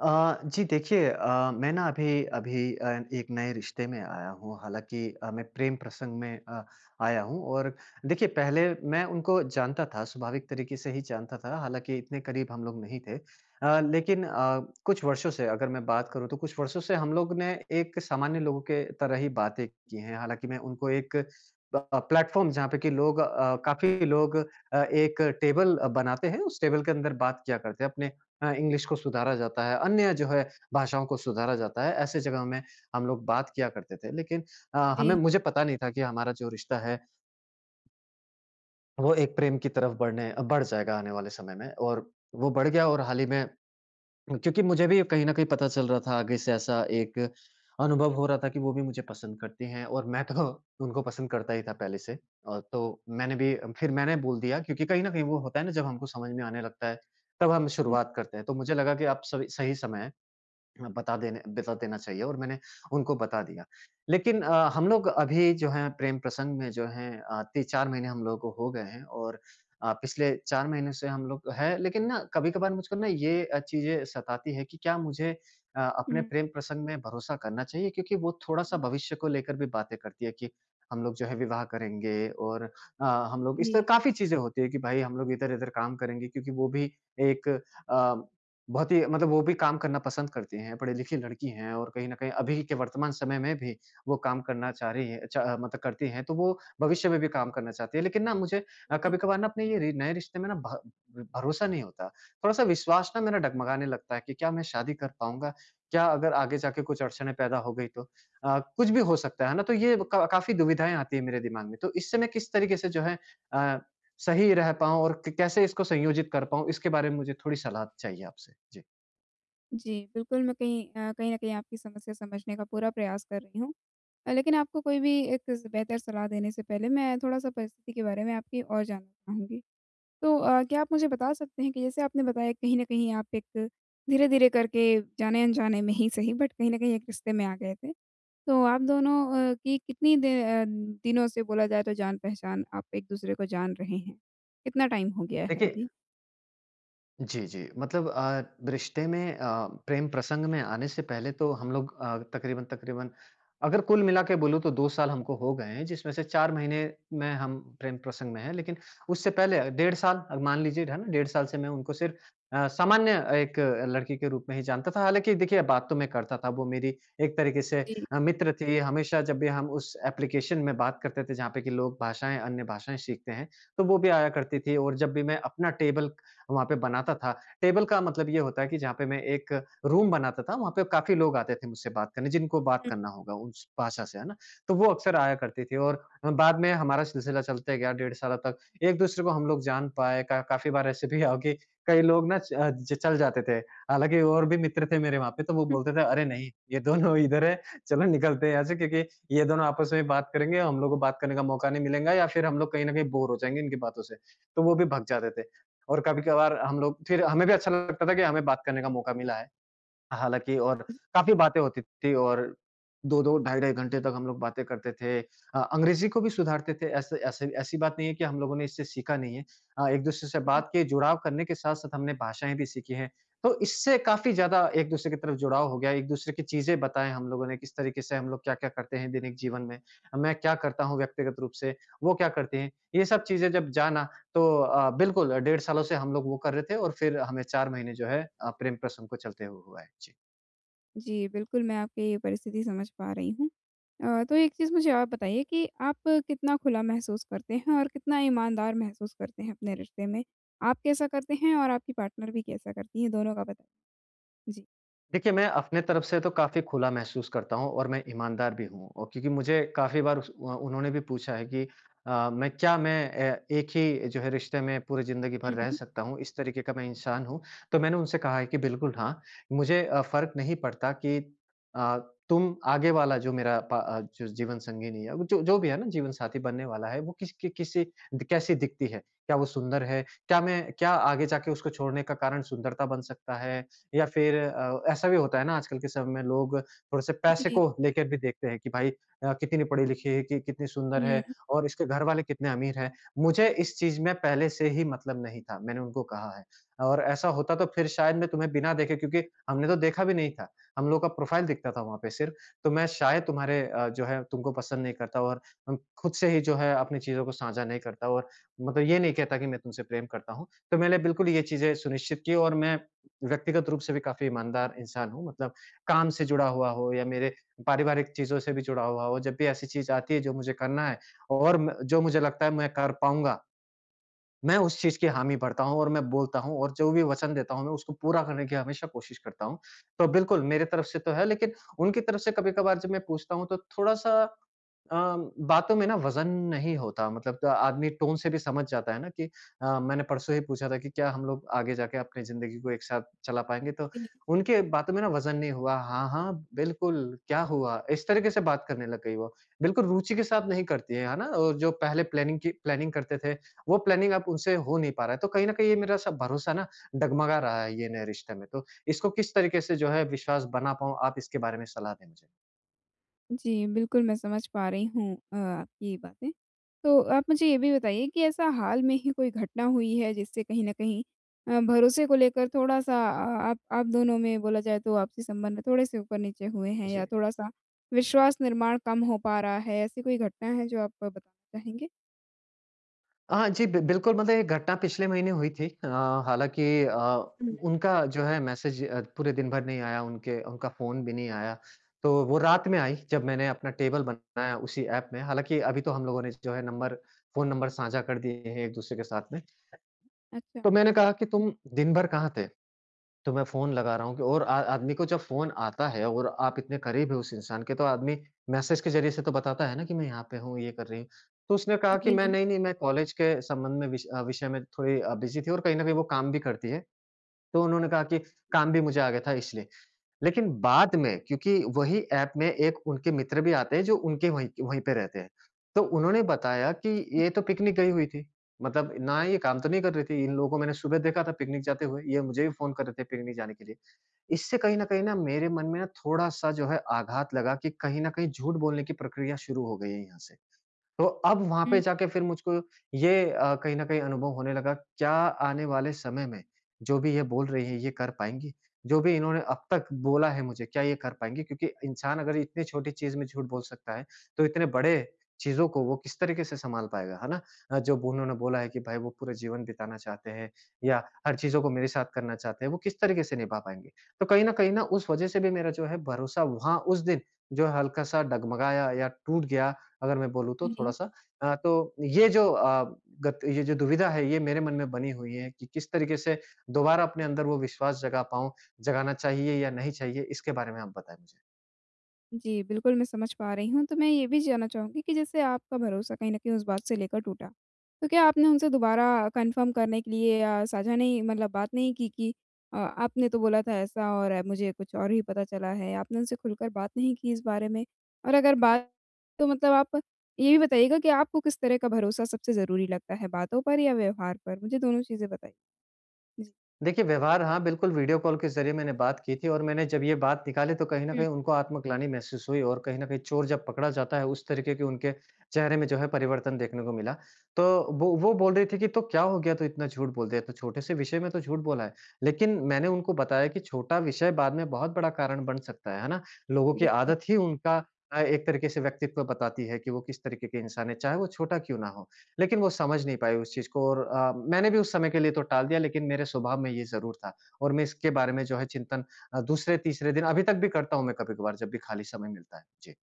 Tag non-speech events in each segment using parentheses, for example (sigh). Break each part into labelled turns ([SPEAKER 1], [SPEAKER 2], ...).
[SPEAKER 1] जी देखिए मैं ना अभी अभी एक नए रिश्ते में आया हूँ। हालाँकि मैं प्रेम प्रसंग में आया हूँ और देखिए पहले मैं उनको जानता था, स्वाभाविक तरीके से ही जानता था, हालाँकि इतने करीब हम लोग नहीं थे। लेकिन कुछ वर्षों से अगर मैं बात करूँ तो कुछ वर्षों से हम लोग ने एक सामान्य लोगों के तरह ही बातें की हैं। हालाँकि मैं उनको एक प प्लेटफ़ॉर्म जहाँ पे कि लोग काफ़ी लोग एक टेबल बनाते हैं, उस टेबल के अंदर बात किया करते हैं, अपने इंग्लिश को सुधारा जाता है, अन्य जो है भाषाओं को सुधारा जाता है, ऐसे जगह में हम लोग बात किया करते थे। लेकिन हमें
[SPEAKER 2] जी।
[SPEAKER 1] मुझे पता नहीं था कि हमारा जो रिश्ता है, वो एक प्रेम की तरफ बढ़ जाएगा आने वाले समय में और वो बढ़ गया और हाल ही में क्योंकि मुझे भी कहीं न कहीं पता चल रहा था आगे से ऐसा एक अनुभव हो रहा था कि वो भी मुझे पसंद करती हैं और मैं तो (laughs) उनको पसंद करता ही था पहले से। और तो मैंने भी फिर मैंने बोल दिया क्योंकि कहीं न कहीं वो होता है ना जब हमको समझ में आने लगता है, तब हम शुरुआत करते हैं। तो मुझे लगा कि अब सही सही समय है हाँ, बता देना चाहिए और मैंने उनको बता दिया। लेकिन हम लोग अभी जो है प्रेम प्रसंग में जो है 3-4 महीने हम लोगों को हो गए हैं और पिछले 4 महीने से हम लोग हैं लेकिन ना कभी-कभार मुझको ना ये चीज़ें सताती है कि क्या मुझे अपने
[SPEAKER 2] हुँ,
[SPEAKER 1] प्रेम प्रसंग में भरोसा करना चाहिए? क्योंकि वो थोड़ा-सा भविष्य को लेकर भी बातें करती है कि हम लोग जो है विवाह करेंगे और अ, हम लोग इस
[SPEAKER 2] जी,
[SPEAKER 1] तरह काफ़ी चीज़ें होती है कि भाई हम लोग इधर-इधर काम करेंगे क्योंकि वो भी एक अ बहुत ही मतलब वो भी काम करना पसंद करती हैं, पढ़ी-लिखी लड़की हैं और कहीं न कहीं अभी के वर्तमान समय में भी वो काम करना चाह रही हैं चा मतलब करती हैं, तो वो भविष्य में भी काम करना चाहती है। लेकिन ना मुझे
[SPEAKER 2] जी।
[SPEAKER 1] कभी-कभार ना अपने ये रि नए रिश्ते में ना भ भरोसा नहीं होता। थोड़ा-सा विश्वास ना मेरा डगमगाने लगता है कि क्या मैं शादी कर पाऊँगा? क्या अगर आगे जाके कुछ अड़चनें पैदा हो गई तो? कुछ भी हो सकता है ना, तो ये क काफ़ी दुविधाएँ आती हैं मेरे दिमाग में। तो इससे मैं किस तरीके से जो है अ, सही रह पाऊँ और क कैसे इसको संयोजित कर पाऊँ, इसके बारे में मुझे थोड़ी सलाह चाहिए आपसे? जी।
[SPEAKER 2] जी, बिल्कुल मैं कहीं न कहीं आपकी समस्या समझने का पूरा प्रयास कर रही हूँ। लेकिन आपको कोई भी एक स बेहतर सलाह देने से पहले मैं थोड़ा-सा परिस्थिति के बारे में आपकी और जानना चाहूँगी। तो क्या आप मुझे बता सकते हैं कि जैसे आपने बताया कहीं न कहीं आप एक धीरे-धीरे करके जाने-अनजाने में ही सही, बट कहीं न कहीं एक रिश्ते में आ गए थे। तो आप दोनों की कितनी दिनों से बोला जाए तो जान-पहचान आप एक-दूसरे को जान रहे हैं? कितना टाइम हो गया है
[SPEAKER 1] देखिए
[SPEAKER 2] अभी?
[SPEAKER 1] जी, जी। मतलब रिश्ते में प्रेम प्रसंग में आने से पहले तो हम लोग तकरीबन-तकरीबन अगर कुल मिला के बोलूँ तो 2 साल हमको हो गए हैं, जिसमें से 4 महीने में हम प्रेम प्रसंग में हैं। लेकिन उससे पहले 1.5 साल अब मान लीजिए है ना, 1.5 साल से मैं उनको सिर्फ़ सामान्य एक लड़की के रूप में ही जानता था। हालाँकि देखिए बात तो मैं करता था, वो मेरी एक तरीके से
[SPEAKER 2] जी।
[SPEAKER 1] मित्र थी। हमेशा जब भी हम उस एप्लीकेशन में बात करते थे जहाँ पे कि लोग भाषाएँ, अन्य भाषाएँ सीखते हैं, तो वो भी आया करती थी और जब भी मैं अपना टेबल वहाँ पे बनाता था। टेबल का मतलब ये होता है कि जहाँ पे मैं एक रूम बनाता था, वहाँ पे काफ़ी लोग आते थे मुझसे बात करने, जिनको बात करना होगा उस भाषा से, है ना? तो वो अक्सर आया करती थी और बाद में हमारा सिलसिला चलते गया 1.5 साल तक। एक-दूसरे को हम लोग जान पाए, का काफ़ी बार ऐसे भी आओ कि कई लोग ना च अ, ज चल जाते थे। हालाँकि और भी मित्र थे मेरे वहाँ पे, तो वो बोलते थे,
[SPEAKER 2] (laughs)
[SPEAKER 1] "अरे नहीं, ये दोनों इधर है, चलो निकलते हैं यहाँ से क्योंकि ये दोनों आपस में बात करेंगे, हम लोग को बात करने का मौका नहीं मिलेगा या फिर हम लोग कहीं न कहीं बोर हो जाएँगे इनकी बातों से।" तो वो भी भग जाते थे। और कभी-कभार हम लोग फिर हमें भी अच्छा लगता था कि हमें बात करने का मौका मिला है। हालाँकि और काफ़ी बातें होती थी और 2-2 ढाई-ढाई घंटे तक हम लोग बातें करते थे। अंग्रेज़ी को भी सुधारते थे ऐसे ऐसे ऐसी बात नहीं है कि हम लोगों ने इससे सीखा नहीं है। एक-दूसरे से बात की, जुड़ाव करने के साथ-साथ हमने भाषाएँ भी सीखी हैं। तो इससे काफ़ी ज़्यादा एक-दूसरे की तरफ जुड़ाव हो गया, एक-दूसरे की चीज़ें बताएँ हम लोगों ने, किस तरीके से हम लोग क्या-क्या करते हैं दैनिक जीवन में, मैं क्या करता हूँ व्यक्तिगत रूप से, वो क्या करते हैं। ये सब चीज़ें जब जाना तो बिल्कुल 1.5 सालों से हम लोग वो कर रहे थे और फिर हमें 4 महीने जो है प्रेम प्रसंग को चलते हुए हुआ है। जी।
[SPEAKER 2] जी, बिल्कुल, मैं आपकी ये परिस्थिति समझ पा रही हूँ। तो एक चीज़ मुझे और बताइए कि आप कितना खुला महसूस करते हैं और कितना ईमानदार महसूस करते हैं अपने रिश्ते में? आप कैसा करते हैं और आपकी पार्टनर भी कैसा करती हैं? दोनों का बताइए। जी।
[SPEAKER 1] देखिए, मैं अपने तरफ से तो काफ़ी खुला महसूस करता हूँ और मैं ईमानदार भी हूँ और क्योंकि मुझे काफ़ी बार उन्होंने भी पूछा है कि मैं क्या मैं एक ही जो है रिश्ते में पूरी ज़िंदगी भर
[SPEAKER 2] हुँ,
[SPEAKER 1] रह
[SPEAKER 2] हुँ।
[SPEAKER 1] सकता हूँ? इस तरीके का मैं इंसान हूँ। तो मैंने उनसे कहा है कि बिल्कुल हाँ, मुझे फ़र्क नहीं पड़ता कि अ, तुम आगे वाला जो मेरा जो जीवन संगिनी है, जो जो भी है ना जीवन साथी बनने वाला है, वो किस कि किसी कैसी दिखती है? क्या वो सुंदर है? क्या आगे जाके उसको छोड़ने का कारण सुंदरता बन सकता है? या फिर ऐसा भी होता है ना आजकल के समय में लोग थोड़े-से पैसे
[SPEAKER 2] जी।
[SPEAKER 1] को लेकर भी देखते हैं कि भाई कितनी पढ़ी-लिखी है, कि कितनी सुंदर
[SPEAKER 2] हुँ।
[SPEAKER 1] है और इसके घरवाले कितने अमीर हैं। मुझे इस चीज़ में पहले से ही मतलब नहीं था, मैंने उनको कहा है और ऐसा होता तो फिर शायद मैं तुम्हें बिना देखे क्योंकि हमने तो देखा भी नहीं था, हम लोग का प्रोफ़ाइल दिखता था वहाँ पे सिर्फ़, तो मैं शायद तुम्हारे जो है तुमको पसंद नहीं करता और हम खुद से ही जो है अपनी चीज़ों को साझा नहीं करता और मतलब ये नहीं कहता कि मैं तुमसे प्रेम करता हूँ। तो मैंने बिल्कुल ये चीज़ें सुनिश्चित की और मैं व्यक्तिगत रूप से भी काफ़ी ईमानदार इंसान हूँ मतलब काम से जुड़ा हुआ हो या मेरे पारिवारिक चीज़ों से भी जुड़ा हुआ हो, जब भी ऐसी चीज़ आती है जो मुझे करना है और म जो मुझे लगता है मैं कर पाऊँगा, मैं उस चीज़ की हामी भरता हूँ और मैं बोलता हूँ और जो भी वचन देता हूँ मैं उसको पूरा करने की हमेशा कोशिश करता हूँ। तो बिल्कुल मेरी तरफ से तो है लेकिन उनकी तरफ से कभी-कभार जब मैं पूछता हूँ तो थोड़ा-सा बातों में ना वज़न नहीं होता मतलब आदमी टोन से भी समझ जाता है ना कि मैंने परसों ही पूछा था कि क्या हम लोग आगे जाके अपनी ज़िंदगी को एक साथ चला पाएँगे? तो उनके बातों में ना वज़न नहीं हुआ, हाँ, हाँ, बिल्कुल, क्या हुआ? इस तरीके से बात करने लग गई वो। बिल्कुल रुचि के साथ नहीं करती है ना? और जो पहले प्लानिंग करते थे, वो प्लानिंग अब उनसे हो नहीं पा रहा है। तो कहीं न कहीं ये मेरा सब भरोसा ना डगमगा रहा है ये नए रिश्ते में। तो इसको किस तरीके से जो है विश्वास बना पाऊँ, आप इसके बारे में सलाह दें मुझे?
[SPEAKER 2] जी, बिल्कुल मैं समझ पा रही हूँ आपकी बातें। तो आप मुझे ये भी बताइए कि ऐसा हाल में ही कोई घटना हुई है जिससे कहीं न कहीं भरोसे को लेकर थोड़ा-सा आप दोनों में बोला जाए तो आपसी संबंध में थोड़े-से ऊपर-नीचे हुए हैं
[SPEAKER 1] जी।
[SPEAKER 2] या थोड़ा-सा विश्वास निर्माण कम हो पा रहा है? ऐसी कोई घटना है जो आप बताना चाहेंगे?
[SPEAKER 1] हाँ जी, बि बिल्कुल मतलब ये घटना पिछले महीने हुई थी। हालाँकि
[SPEAKER 2] हुँ।
[SPEAKER 1] उनका जो है मैसेज पूरे दिन भर नहीं आया, उनके उनका फ़ोन भी नहीं आया। तो वो रात में आई जब मैंने अपना टेबल बनाया उसी ऐप में। हालाँकि अभी तो हम लोगों ने जो है नंबर फ़ोन नंबर साझा कर दिए हैं एक-दूसरे के साथ में।
[SPEAKER 2] अच्छा।
[SPEAKER 1] तो मैंने कहा कि तुम दिन भर कहाँ थे? तो मैं फ़ोन लगा रहा हूँ कि और आ आदमी को जब फ़ोन आता है और आप इतने करीब हैं उस इंसान के, तो आदमी मैसेज के ज़रिए से तो बताता है ना कि मैं यहाँ पे हूँ, ये कर रही हूँ। तो उसने कहा कि मैं
[SPEAKER 2] जी,
[SPEAKER 1] नहीं, नहीं मैं कॉलेज के संबंध में विष अ, विषय में थोड़ी बिज़ी थी और कहीं न कहीं वो काम भी करती है। तो उन्होंने कहा कि काम भी मुझे आ गया था इसलिए। लेकिन बाद में क्योंकि वही ऐप में एक उनके मित्र भी आते हैं जो उनके वहीं वहीं पे रहते हैं। तो उन्होंने बताया कि ये तो पिकनिक गई हुई थी। मतलब ना ये काम तो नहीं कर रही थी। इन लोगों को मैंने सुबह देखा था पिकनिक जाते हुए। ये मुझे भी फ़ोन कर रहे थे पिकनिक जाने के लिए। इससे कहीं न कहीं ना मेरे मन में ना थोड़ा-सा जो है आघात लगा कि कहीं न कहीं झूठ बोलने की प्रक्रिया शुरू हो गई है यहाँ से। तो अब वहाँ पे
[SPEAKER 2] हुँ,
[SPEAKER 1] जाके फिर मुझको ये कहीं न कहीं अनुभव होने लगा, क्या आने वाले समय में जो भी ये बोल रही है, ये कर पाएँगी? जो भी इन्होंने अब तक बोला है मुझे, क्या ये कर पाएँगी? क्योंकि इंसान अगर इतनी छोटी चीज़ में झूठ बोल सकता है, तो इतने बड़े चीज़ों को वो किस तरीके से सँभाल पाएगा, है ना? जो उन्होंने बोला है कि भाई वो पूरा जीवन बिताना चाहते हैं या हर चीज़ों को मेरे साथ करना चाहते हैं, वो किस तरीके से निभा पाएँगे? तो कहीं न कहीं ना उस वज़ह से भी मेरा जो है भरोसा वहाँ उस दिन जो है हल्का-सा डगमगाया या टूट गया अगर मैं बोलूँ तो
[SPEAKER 2] जी।
[SPEAKER 1] थोड़ा-सा। तो ये जो गत ये जो दुविधा है ये मेरे मन में बनी हुई है कि किस तरीके से दोबारा अपने अंदर वो विश्वास जगा पाऊँ, जगाना चाहिए या नहीं चाहिए? इसके बारे में आप बताएँ मुझे।
[SPEAKER 2] जी, बिल्कुल मैं समझ पा रही हूँ। तो मैं ये भी जानना चाहूँगी कि जैसे आपका भरोसा कहीं न कहीं उस बात से लेकर टूटा, तो क्या आपने उनसे दोबारा कन्फर्म करने के लिए या साझा नहीं, मतलब बात नहीं की कि आपने तो बोला था ऐसा और मुझे कुछ और ही पता चला है? आपने उनसे खुलकर बात नहीं की इस बारे में? और अगर बात, तो मतलब आप ये भी बताइएगा कि आपको किस तरह का भरोसा सबसे ज़रूरी लगता है, बातों पर या व्यवहार पर? मुझे दोनों चीज़ें बताइए। जी,
[SPEAKER 1] देखिए, व्यवहार हाँ, बिल्कुल वीडियो कॉल के ज़रिए मैंने बात की थी और मैंने जब ये बात निकाली तो कहीं न
[SPEAKER 2] हुँ।
[SPEAKER 1] कहीं उनको आत्मग्लानि महसूस हुई और कहीं न कहीं चोर जब पकड़ा जाता है उस तरीके के उनके चेहरे में जो है परिवर्तन देखने को मिला। तो वो बोल रही थी कि तो क्या हो गया तू इतना झूठ बोल दिया, तो छोटे से विषय में तो झूठ बोला है। लेकिन मैंने उनको बताया कि छोटा विषय बाद में बहुत बड़ा कारण बन सकता है ना? लोगों की
[SPEAKER 2] बिल्कुल।
[SPEAKER 1] आदत ही उनका एक तरीके से व्यक्तित्व बताती है कि वो किस तरीके के इंसान है, चाहे वो छोटा क्यों ना हो। लेकिन वो समझ नहीं पाई उस चीज़ को और मैंने भी उस समय के लिए तो टाल दिया लेकिन मेरे स्वभाव में ये ज़रूर था और मैं इसके बारे में जो है चिंतन दूसरे-तीसरे दिन अभी तक भी करता हूँ मैं कभी-कभार जब भी खाली समय मिलता है। जी।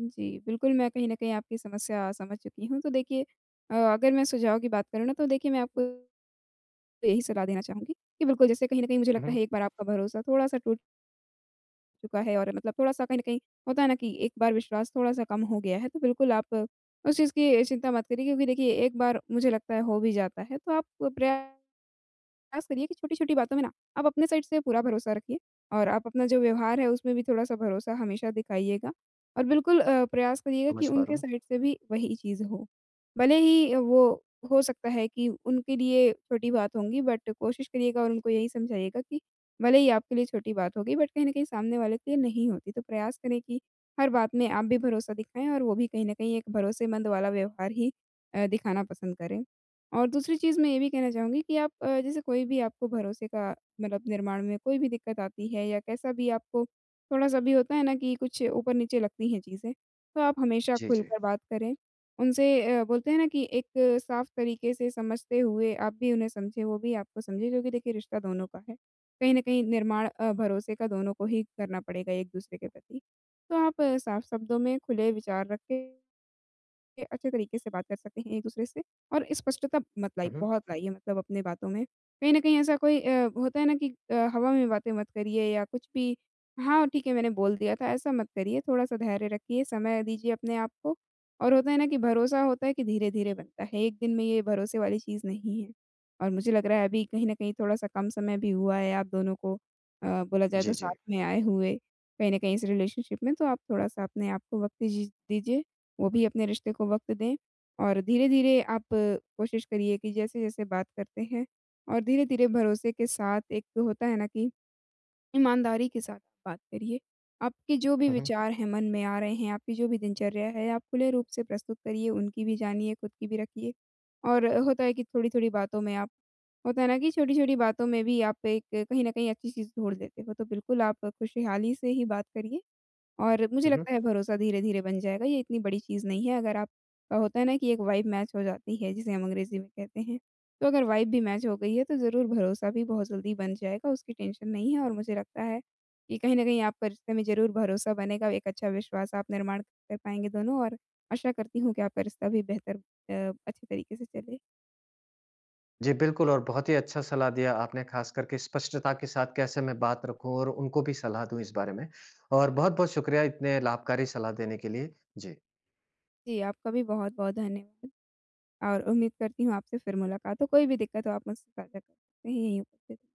[SPEAKER 2] जी, बिल्कुल, मैं कहीं न कहीं आपकी समस्या समझ चुकी हूँ। तो देखिए, अगर मैं सुझाव की बात करूँ ना, तो देखिए मैं आपको यही सलाह देना चाहूँगी कि बिल्कुल, जैसे कहीं न कहीं मुझे
[SPEAKER 1] हुँ,
[SPEAKER 2] लगता है
[SPEAKER 1] हुँ।
[SPEAKER 2] एक बार आपका भरोसा थोड़ा-सा टूट चुका है, और मतलब थोड़ा-सा कहीं न कहीं होता है ना कि एक बार विश्वास थोड़ा-सा कम हो गया है, तो बिल्कुल आप उस चीज़ की चिंता मत करिए, क्योंकि देखिए एक बार मुझे लगता है हो भी जाता है, तो आप प्रयास करिए कि छोटी-छोटी बातों में ना आप अपने साइड से पूरा भरोसा रखिए, और आप अपना जो व्यवहार है उसमें भी थोड़ा-सा भरोसा हमेशा दिखाइएगा और बिल्कुल प्रयास करिएगा कि
[SPEAKER 1] समझ पा रहा
[SPEAKER 2] उनके
[SPEAKER 1] हूँ।
[SPEAKER 2] साइड से भी वही चीज़ हो। भले ही वो, हो सकता है कि उनके लिए छोटी बात होंगी, बट कोशिश करिएगा और उनको यही समझाइएगा कि भले ही आपके लिए छोटी बात होगी, बट कहीं न कहीं सामने वाले के लिए नहीं होती। तो प्रयास करें कि हर बात में आप भी भरोसा दिखाएँ और वो भी कहीं न कहीं एक भरोसेमंद वाला व्यवहार ही दिखाना पसंद करें। और दूसरी चीज़ मैं ये भी कहना चाहूँगी कि आप जैसे कोई भी आपको भरोसे का मतलब निर्माण में कोई भी दिक्कत आती है, या कैसा भी आपको थोड़ा-सा भी होता है ना कि कुछ ऊपर-नीचे लगती हैं चीज़ें, तो आप हमेशा
[SPEAKER 1] जी, जी।
[SPEAKER 2] खुलकर बात करें। उनसे बोलते हैं ना कि एक साफ तरीके से समझते हुए आप भी उन्हें समझें, वो भी आपको समझें, क्योंकि देखिए रिश्ता दोनों का है। कहीं न कहीं निर्माण भरोसे का दोनों को ही करना पड़ेगा एक-दूसरे के प्रति। तो आप साफ शब्दों में खुले विचार रखें, ये अच्छे तरीके से बात कर सकते हैं एक-दूसरे से। और स्पष्टता मत लाई
[SPEAKER 1] हुँ, हुँ।
[SPEAKER 2] बहुत लाइए, मतलब अपने बातों में। कहीं न कहीं ऐसा कोई होता है ना कि हवा में बातें मत करिए, या कुछ भी हाँ, ठीक है मैंने बोल दिया था, ऐसा मत करिए। थोड़ा-सा धैर्य रखिए, समय दीजिए अपने आप को, और होता है ना कि भरोसा होता है कि धीरे-धीरे बनता है, एक दिन में ये भरोसे वाली चीज़ नहीं है। और मुझे लग रहा है अभी कहीं न कहीं थोड़ा-सा कम समय भी हुआ है आप दोनों को बोला जाए
[SPEAKER 1] जी,
[SPEAKER 2] तो साथ
[SPEAKER 1] जी।
[SPEAKER 2] में आए हुए, कहीं न कहीं इस रिलेशनशिप में, तो आप थोड़ा-सा अपने आप को वक़्त दीजिए। वो भी अपने रिश्ते को वक़्त दें और धीरे-धीरे आप कोशिश करिए कि जैसे-जैसे बात करते हैं और धीरे-धीरे भरोसे के साथ एक होता है ना कि ईमानदारी के साथ आप बात करिए। आपके जो भी
[SPEAKER 1] हुँ, हुँ।
[SPEAKER 2] विचार हैं मन में आ रहे हैं, आपकी जो भी दिनचर्या है, आप खुले रूप से प्रस्तुत करिए, उनकी भी जानिए, खुद की भी रखिए। और होता है कि थोड़ी-थोड़ी बातों में आप होता है ना कि छोटी-छोटी बातों में भी आप एक कहीं न कहीं अच्छी चीज़ ढूँढ लेते हो, तो बिल्कुल आप खुशहाली से ही बात करिए। और मुझे
[SPEAKER 1] हुँ, हुँ।
[SPEAKER 2] लगता है भरोसा धीरे-धीरे बन जाएगा, ये इतनी बड़ी चीज़ नहीं है, अगर आपका होता है ना कि एक वाइब मैच हो जाती है, जिसे हम अंग्रेज़ी में कहते हैं। तो अगर वाइब भी मैच हो गई है तो ज़रूर भरोसा भी बहुत जल्दी बन जाएगा, उसकी टेंशन नहीं है, और मुझे लगता है कि कहीं न कहीं आपका रिश्ते में ज़रूर भरोसा बनेगा, एक अच्छा विश्वास आप निर्माण कर पाएँगे दोनों, और आशा करती हूँ कि आपका रिश्ता भी बेहतर अच्छे तरीके से चले।
[SPEAKER 1] जी, बिल्कुल और बहुत ही अच्छा सलाह दिया आपने ख़ास करके स्पष्टता के साथ कैसे मैं बात रखूँ और उनको भी सलाह दूँ इस बारे में और बहुत-बहुत शुक्रिया इतने लाभकारी सलाह देने के लिए। जी।
[SPEAKER 2] जी, आपका भी बहुत-बहुत धन्यवाद और उम्मीद करती हूँ आपसे फिर मुलाकात हो, कोई भी दिक्कत हो आप मुझसे साझा कर सकते हैं, यहीं उपस्थित हूँ।